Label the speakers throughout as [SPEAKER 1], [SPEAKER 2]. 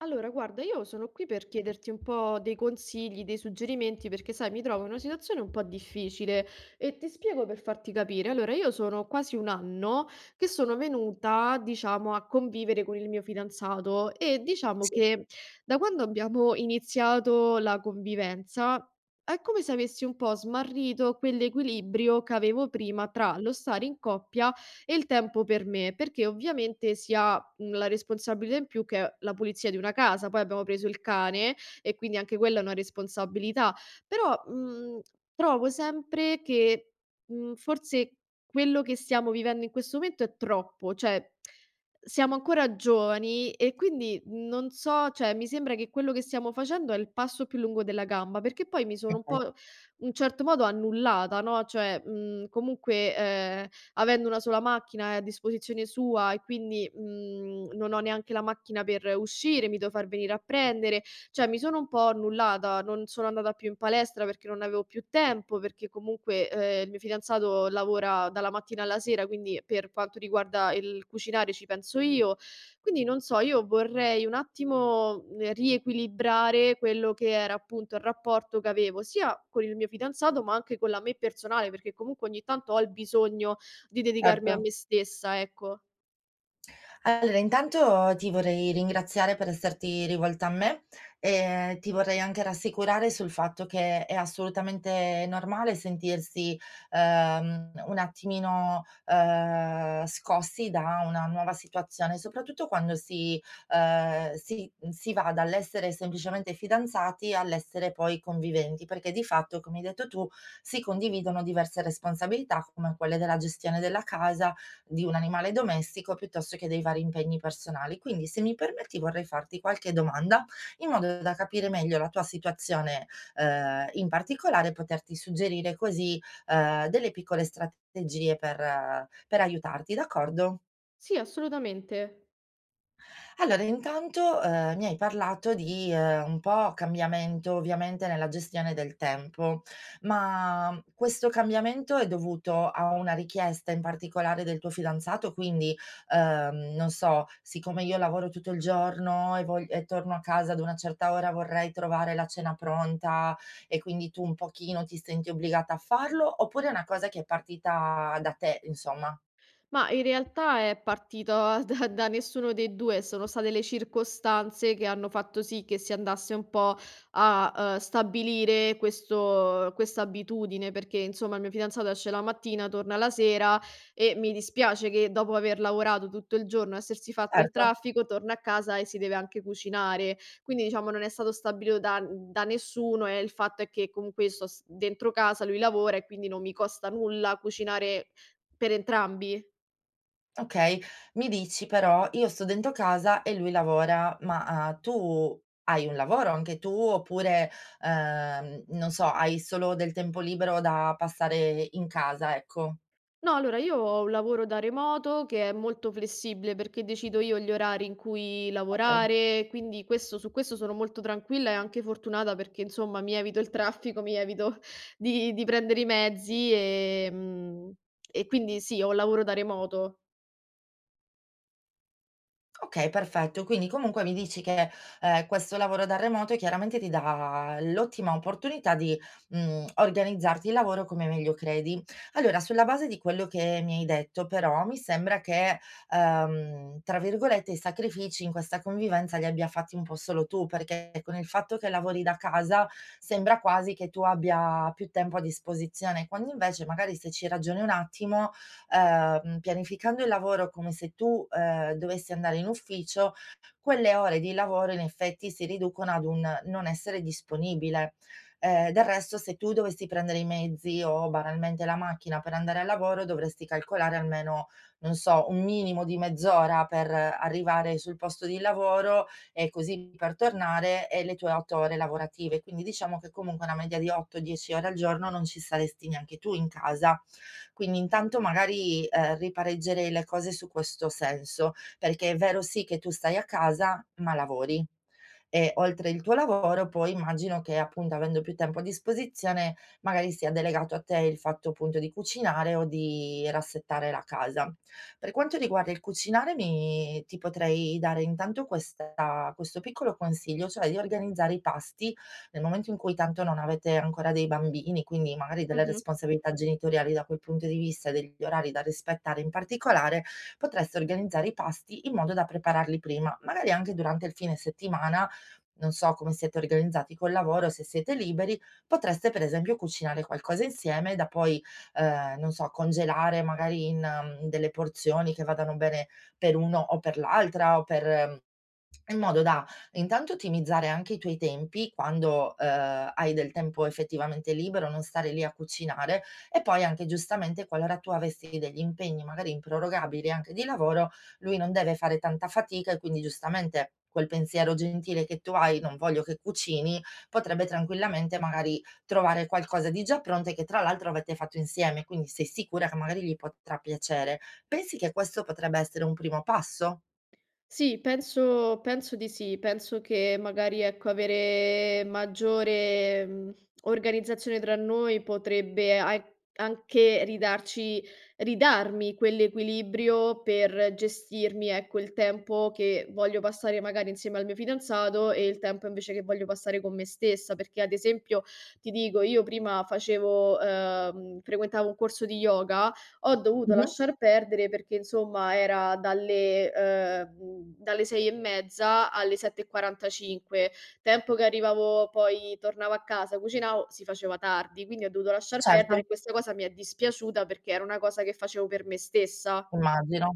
[SPEAKER 1] Allora, guarda, io sono qui per chiederti un po' dei consigli, dei suggerimenti, perché sai, mi trovo in una situazione un po' difficile e ti spiego per farti capire. Allora, io sono quasi un anno che sono venuta, diciamo, a convivere con il mio fidanzato e diciamo che da quando abbiamo iniziato la convivenza è come se avessi un po' smarrito quell'equilibrio che avevo prima tra lo stare in coppia e il tempo per me, perché ovviamente sia ha, la responsabilità in più che è la pulizia di una casa. Poi abbiamo preso il cane e quindi anche quella è una responsabilità. Però, trovo sempre che, forse quello che stiamo vivendo in questo momento è troppo, cioè siamo ancora giovani e quindi non so, cioè mi sembra che quello che stiamo facendo è il passo più lungo della gamba, perché poi mi sono un po' in un certo modo annullata, no, cioè, comunque, avendo una sola macchina è a disposizione sua e quindi, non ho neanche la macchina per uscire, mi devo far venire a prendere. Cioè mi sono un po' annullata, non sono andata più in palestra perché non avevo più tempo, perché comunque, il mio fidanzato lavora dalla mattina alla sera, quindi per quanto riguarda il cucinare ci penso io. Quindi non so, io vorrei un attimo, riequilibrare quello che era appunto il rapporto che avevo sia con il mio fidanzato, ma anche con la me personale, perché comunque ogni tanto ho il bisogno di dedicarmi a
[SPEAKER 2] Certo.
[SPEAKER 1] me stessa, ecco.
[SPEAKER 2] Allora intanto ti vorrei ringraziare per esserti rivolta a me e ti vorrei anche rassicurare sul fatto che è assolutamente normale sentirsi, un attimino, scossi da una nuova situazione, soprattutto quando si si va dall'essere semplicemente fidanzati all'essere poi conviventi, perché di fatto, come hai detto tu, si condividono diverse responsabilità come quelle della gestione della casa di un animale domestico piuttosto che dei vari impegni personali. Quindi, se mi permetti, vorrei farti qualche domanda in modo da capire meglio la tua situazione, in particolare, e poterti suggerire così delle piccole strategie per aiutarti, d'accordo?
[SPEAKER 1] Sì, assolutamente.
[SPEAKER 2] Allora intanto, mi hai parlato di, un po' cambiamento ovviamente nella gestione del tempo, ma questo cambiamento è dovuto a una richiesta in particolare del tuo fidanzato? Quindi, non so, siccome io lavoro tutto il giorno e vogl e torno a casa ad una certa ora vorrei trovare la cena pronta e quindi tu un pochino ti senti obbligata a farlo, oppure è una cosa che è partita da te insomma?
[SPEAKER 1] Ma in realtà è partita da nessuno dei 2, sono state le circostanze che hanno fatto sì che si andasse un po' a, stabilire questo questa abitudine, perché insomma il mio fidanzato esce la mattina, torna la sera e mi dispiace che dopo aver lavorato tutto il giorno, essersi fatto il
[SPEAKER 2] Certo.
[SPEAKER 1] traffico, torna a casa e si deve anche cucinare. Quindi diciamo non è stato stabilito da nessuno e il fatto è che comunque io sto s dentro casa, lui lavora e quindi non mi costa nulla cucinare per entrambi.
[SPEAKER 2] Okay, mi dici però: "Io sto dentro casa e lui lavora." Ma, tu hai un lavoro anche tu, oppure, non so, hai solo del tempo libero da passare in casa, ecco?
[SPEAKER 1] No, allora io ho un lavoro da remoto che è molto flessibile perché decido io gli orari in cui
[SPEAKER 2] Okay.
[SPEAKER 1] lavorare, quindi questo, su questo sono molto tranquilla e anche fortunata perché insomma mi evito il traffico, mi evito di, prendere i mezzi e quindi sì, ho un lavoro da remoto.
[SPEAKER 2] Okay, perfetto. Quindi comunque mi dici che, questo lavoro da remoto chiaramente ti dà l'ottima opportunità di organizzarti il lavoro come meglio credi. Allora, sulla base di quello che mi hai detto però, mi sembra che, tra virgolette, "i sacrifici" in questa convivenza li abbia fatti un po' solo tu, perché con il fatto che lavori da casa sembra quasi che tu abbia più tempo a disposizione, quando invece magari, se ci ragioni un attimo, pianificando il lavoro come se tu, dovessi andare in ufficio, quelle ore di lavoro in effetti si riducono ad un non essere disponibile. Del resto, se tu dovessi prendere i mezzi o banalmente la macchina per andare al lavoro, dovresti calcolare almeno, non so, un minimo di mezz'ora per arrivare sul posto di lavoro e così per tornare, e le tue 8 ore lavorative. Quindi diciamo che comunque una media di 8, 10 ore al giorno non ci saresti neanche tu in casa, quindi intanto magari, ripareggerei le cose su questo senso, perché è vero sì che tu stai a casa, ma lavori. E oltre il tuo lavoro poi immagino che, appunto, avendo più tempo a disposizione, magari sia delegato a te il fatto, appunto, di cucinare o di rassettare la casa. Per quanto riguarda il cucinare, mi ti potrei dare intanto questa questo piccolo consiglio, cioè di organizzare i pasti nel momento in cui tanto non avete ancora dei bambini, quindi magari delle responsabilità genitoriali da quel punto di vista e degli orari da rispettare in particolare. Potreste organizzare i pasti in modo da prepararli prima, magari anche durante il fine settimana, non so come siete organizzati col lavoro, se siete liberi, potreste per esempio cucinare qualcosa insieme da poi, non so, congelare magari in delle porzioni che vadano bene per uno o per l'altra o per mm, in modo da intanto ottimizzare anche i tuoi tempi quando, hai del tempo effettivamente libero, non stare lì a cucinare. E poi, anche giustamente, qualora tu avessi degli impegni magari improrogabili anche di lavoro, lui non deve fare tanta fatica e quindi, giustamente, quel pensiero gentile che tu hai: "Non voglio che cucini", potrebbe tranquillamente magari trovare qualcosa di già pronto e che tra l'altro avete fatto insieme, quindi sei sicura che magari gli potrà piacere. Pensi che questo potrebbe essere un primo passo?
[SPEAKER 1] Sì, penso di sì. Penso che magari, ecco, avere maggiore, organizzazione tra noi potrebbe ai anche ridarci ridarmi quell'equilibrio per gestirmi, ecco, il tempo che voglio passare magari insieme al mio fidanzato e il tempo invece che voglio passare con me stessa. Perché ad esempio, ti dico, io prima facevo frequentavo un corso di yoga, ho dovuto
[SPEAKER 2] Mh-mh,
[SPEAKER 1] lasciar perdere perché insomma era dalle 6 e mezza alle 7 e 45. Tempo che arrivavo poi tornavo a casa, cucinavo, si faceva tardi, quindi ho dovuto lasciar perdere
[SPEAKER 2] certo.
[SPEAKER 1] e questa cosa mi è dispiaciuta perché era una cosa che facevo per me stessa.
[SPEAKER 2] Immagino.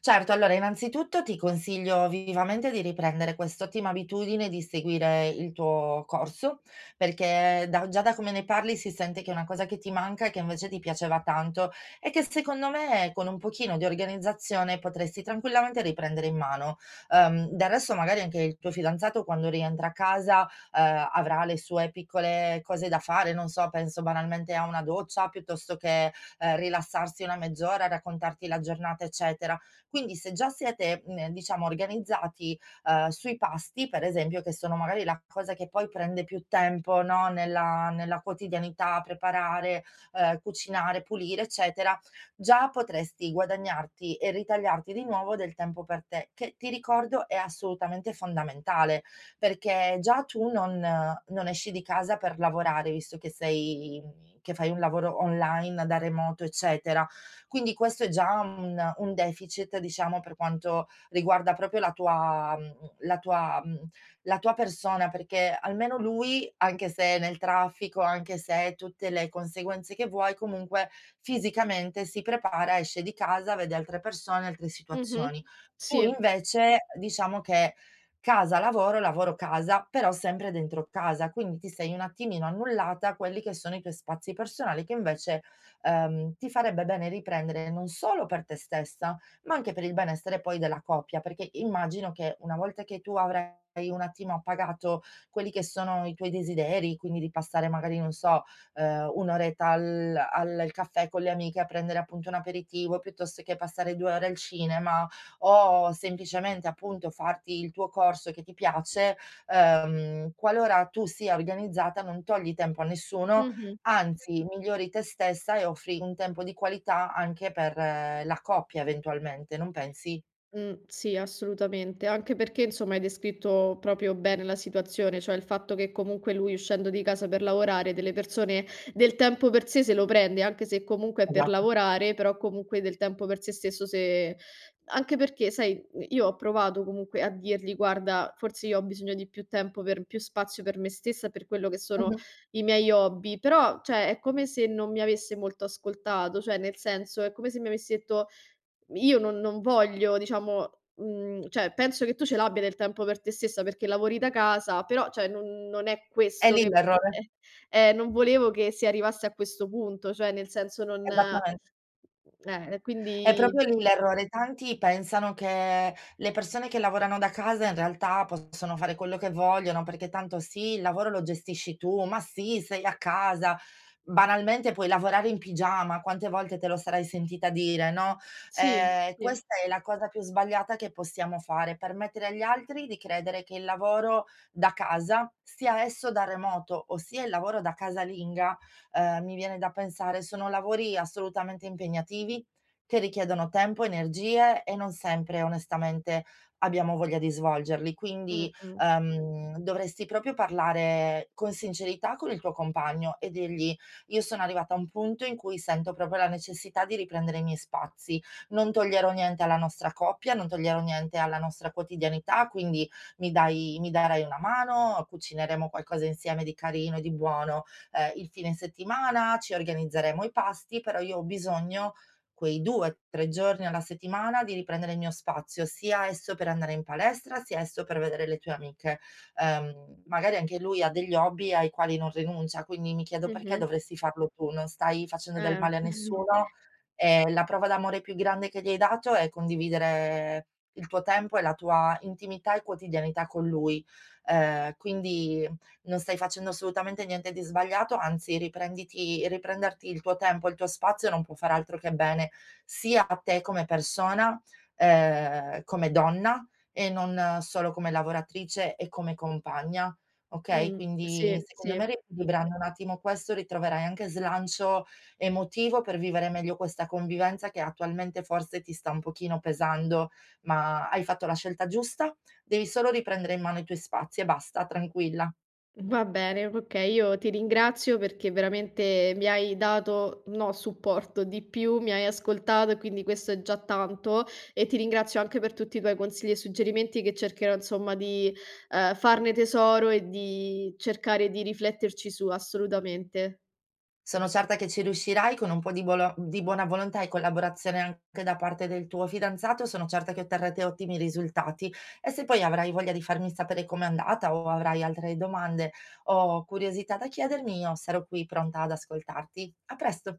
[SPEAKER 2] Certo, allora innanzitutto ti consiglio vivamente di riprendere quest'ottima abitudine di seguire il tuo corso, perché da già da come ne parli si sente che è una cosa che ti manca e che invece ti piaceva tanto, e che secondo me con un pochino di organizzazione potresti tranquillamente riprendere in mano. Del resto, magari anche il tuo fidanzato quando rientra a casa, avrà le sue piccole cose da fare, non so, penso banalmente a una doccia piuttosto che, rilassarsi una mezz'ora, raccontarti la giornata, eccetera. Quindi se già siete, diciamo, organizzati, sui pasti, per esempio, che sono magari la cosa che poi prende più tempo, no, nella quotidianità, preparare, cucinare, pulire, eccetera, già potresti guadagnarti e ritagliarti di nuovo del tempo per te, che ti ricordo è assolutamente fondamentale, perché già tu non esci di casa per lavorare, visto che fai un lavoro online da remoto, eccetera. Quindi questo è già un deficit, diciamo, per quanto riguarda proprio la tua persona, perché almeno lui, anche se è nel traffico, anche se è tutte le conseguenze che vuoi, comunque fisicamente si prepara, esce di casa, vede altre persone, altre
[SPEAKER 1] Mh-mh.
[SPEAKER 2] situazioni.
[SPEAKER 1] Sì.
[SPEAKER 2] Tu invece diciamo che casa lavoro, lavoro casa, però sempre dentro casa, quindi ti sei un attimino annullata quelli che sono i tuoi spazi personali, che invece ti farebbe bene riprendere non solo per te stessa, ma anche per il benessere poi della coppia, perché immagino che una volta che tu avrai un attimo appagato quelli che sono i tuoi desideri, quindi di passare magari, non so, 1 oretta al caffè con le amiche a prendere appunto un aperitivo, piuttosto che passare 2 ore al cinema, o semplicemente appunto farti il tuo corso che ti piace, qualora tu sia organizzata non togli tempo a nessuno.
[SPEAKER 1] Mh-mh.
[SPEAKER 2] Anzi, migliori te stessa e offri un tempo di qualità anche per la coppia, eventualmente, non pensi?
[SPEAKER 1] Sì, assolutamente. Anche perché, insomma, hai descritto proprio bene la situazione, cioè il fatto che comunque lui uscendo di casa per lavorare delle persone del tempo per sé se lo prende, anche se comunque è per
[SPEAKER 2] Esatto.
[SPEAKER 1] lavorare, però comunque del tempo per sé stesso se anche perché sai, io ho provato comunque a dirgli: "Guarda, forse io ho bisogno di più tempo per più spazio per me stessa, per quello che sono
[SPEAKER 2] Mh-mh.
[SPEAKER 1] i miei hobby", però, cioè, è come se non mi avesse molto ascoltato, cioè nel senso, è come se mi avesse detto: io non voglio diciamo cioè penso che tu ce l'abbia del tempo per te stessa perché lavori da casa, però cioè non è
[SPEAKER 2] È
[SPEAKER 1] questo
[SPEAKER 2] lì
[SPEAKER 1] che
[SPEAKER 2] l'errore,
[SPEAKER 1] eh, non volevo che si arrivasse a questo punto, cioè nel senso non
[SPEAKER 2] esattamente. È
[SPEAKER 1] quindi
[SPEAKER 2] proprio lì l'errore. Tanti pensano che le persone che lavorano da casa in realtà possono fare quello che vogliono, perché tanto sì, il lavoro lo gestisci tu, ma sì, sei a casa. Banalmente puoi lavorare in pigiama, quante volte te lo sarai sentita dire, no?
[SPEAKER 1] sì, sì.
[SPEAKER 2] Questa è la cosa più sbagliata che possiamo fare, permettere agli altri di credere che il lavoro da casa, sia esso da remoto o sia il lavoro da casalinga, mi viene da pensare, sono lavori assolutamente impegnativi che richiedono tempo, energie, e non sempre onestamente abbiamo voglia di svolgerli. Quindi,
[SPEAKER 1] Mh-mh.
[SPEAKER 2] dovresti proprio parlare con sincerità con il tuo compagno e dirgli: "Io sono arrivata a un punto in cui sento proprio la necessità di riprendere i miei spazi. Non toglierò niente alla nostra coppia, non toglierò niente alla nostra quotidianità, quindi mi darai una mano, cucineremo qualcosa insieme di carino, di buono, il fine settimana, ci organizzeremo i pasti, però io ho bisogno quei 2, 3 giorni alla settimana di riprendere il mio spazio, sia esso per andare in palestra, sia esso per vedere le tue amiche. Magari anche lui ha degli hobby ai quali non rinuncia, quindi mi chiedo: Perché
[SPEAKER 1] Mh-mh.
[SPEAKER 2] dovresti farlo tu? Non stai facendo del
[SPEAKER 1] Eh.
[SPEAKER 2] male a nessuno." E la prova d'amore più grande che gli hai dato è condividere il tuo tempo e la tua intimità e quotidianità con lui. Quindi non stai facendo assolutamente niente di sbagliato, anzi riprenderti il tuo tempo, il tuo spazio non può far altro che bene sia a te come persona, come donna, e non solo come lavoratrice e come compagna. Ok, quindi
[SPEAKER 1] Sì, sì.
[SPEAKER 2] secondo me, riequilibrando un attimo questo, ritroverai anche slancio emotivo per vivere meglio questa convivenza, che attualmente forse ti sta un pochino pesando, ma hai fatto la scelta giusta, devi solo riprendere in mano i tuoi spazi e basta, tranquilla.
[SPEAKER 1] Va bene, okay, io ti ringrazio perché veramente mi hai dato, no, supporto, di più, mi hai ascoltato e quindi questo è già tanto e ti ringrazio anche per tutti i tuoi consigli e suggerimenti che cercherò insomma di, farne tesoro e di cercare di rifletterci su, assolutamente.
[SPEAKER 2] Sono certa che ci riuscirai con un po' di bolo di buona volontà e collaborazione anche da parte del tuo fidanzato, sono certa che otterrete ottimi risultati. E se poi avrai voglia di farmi sapere com'è andata, o avrai altre domande o curiosità da chiedermi, io sarò qui pronta ad ascoltarti. A presto.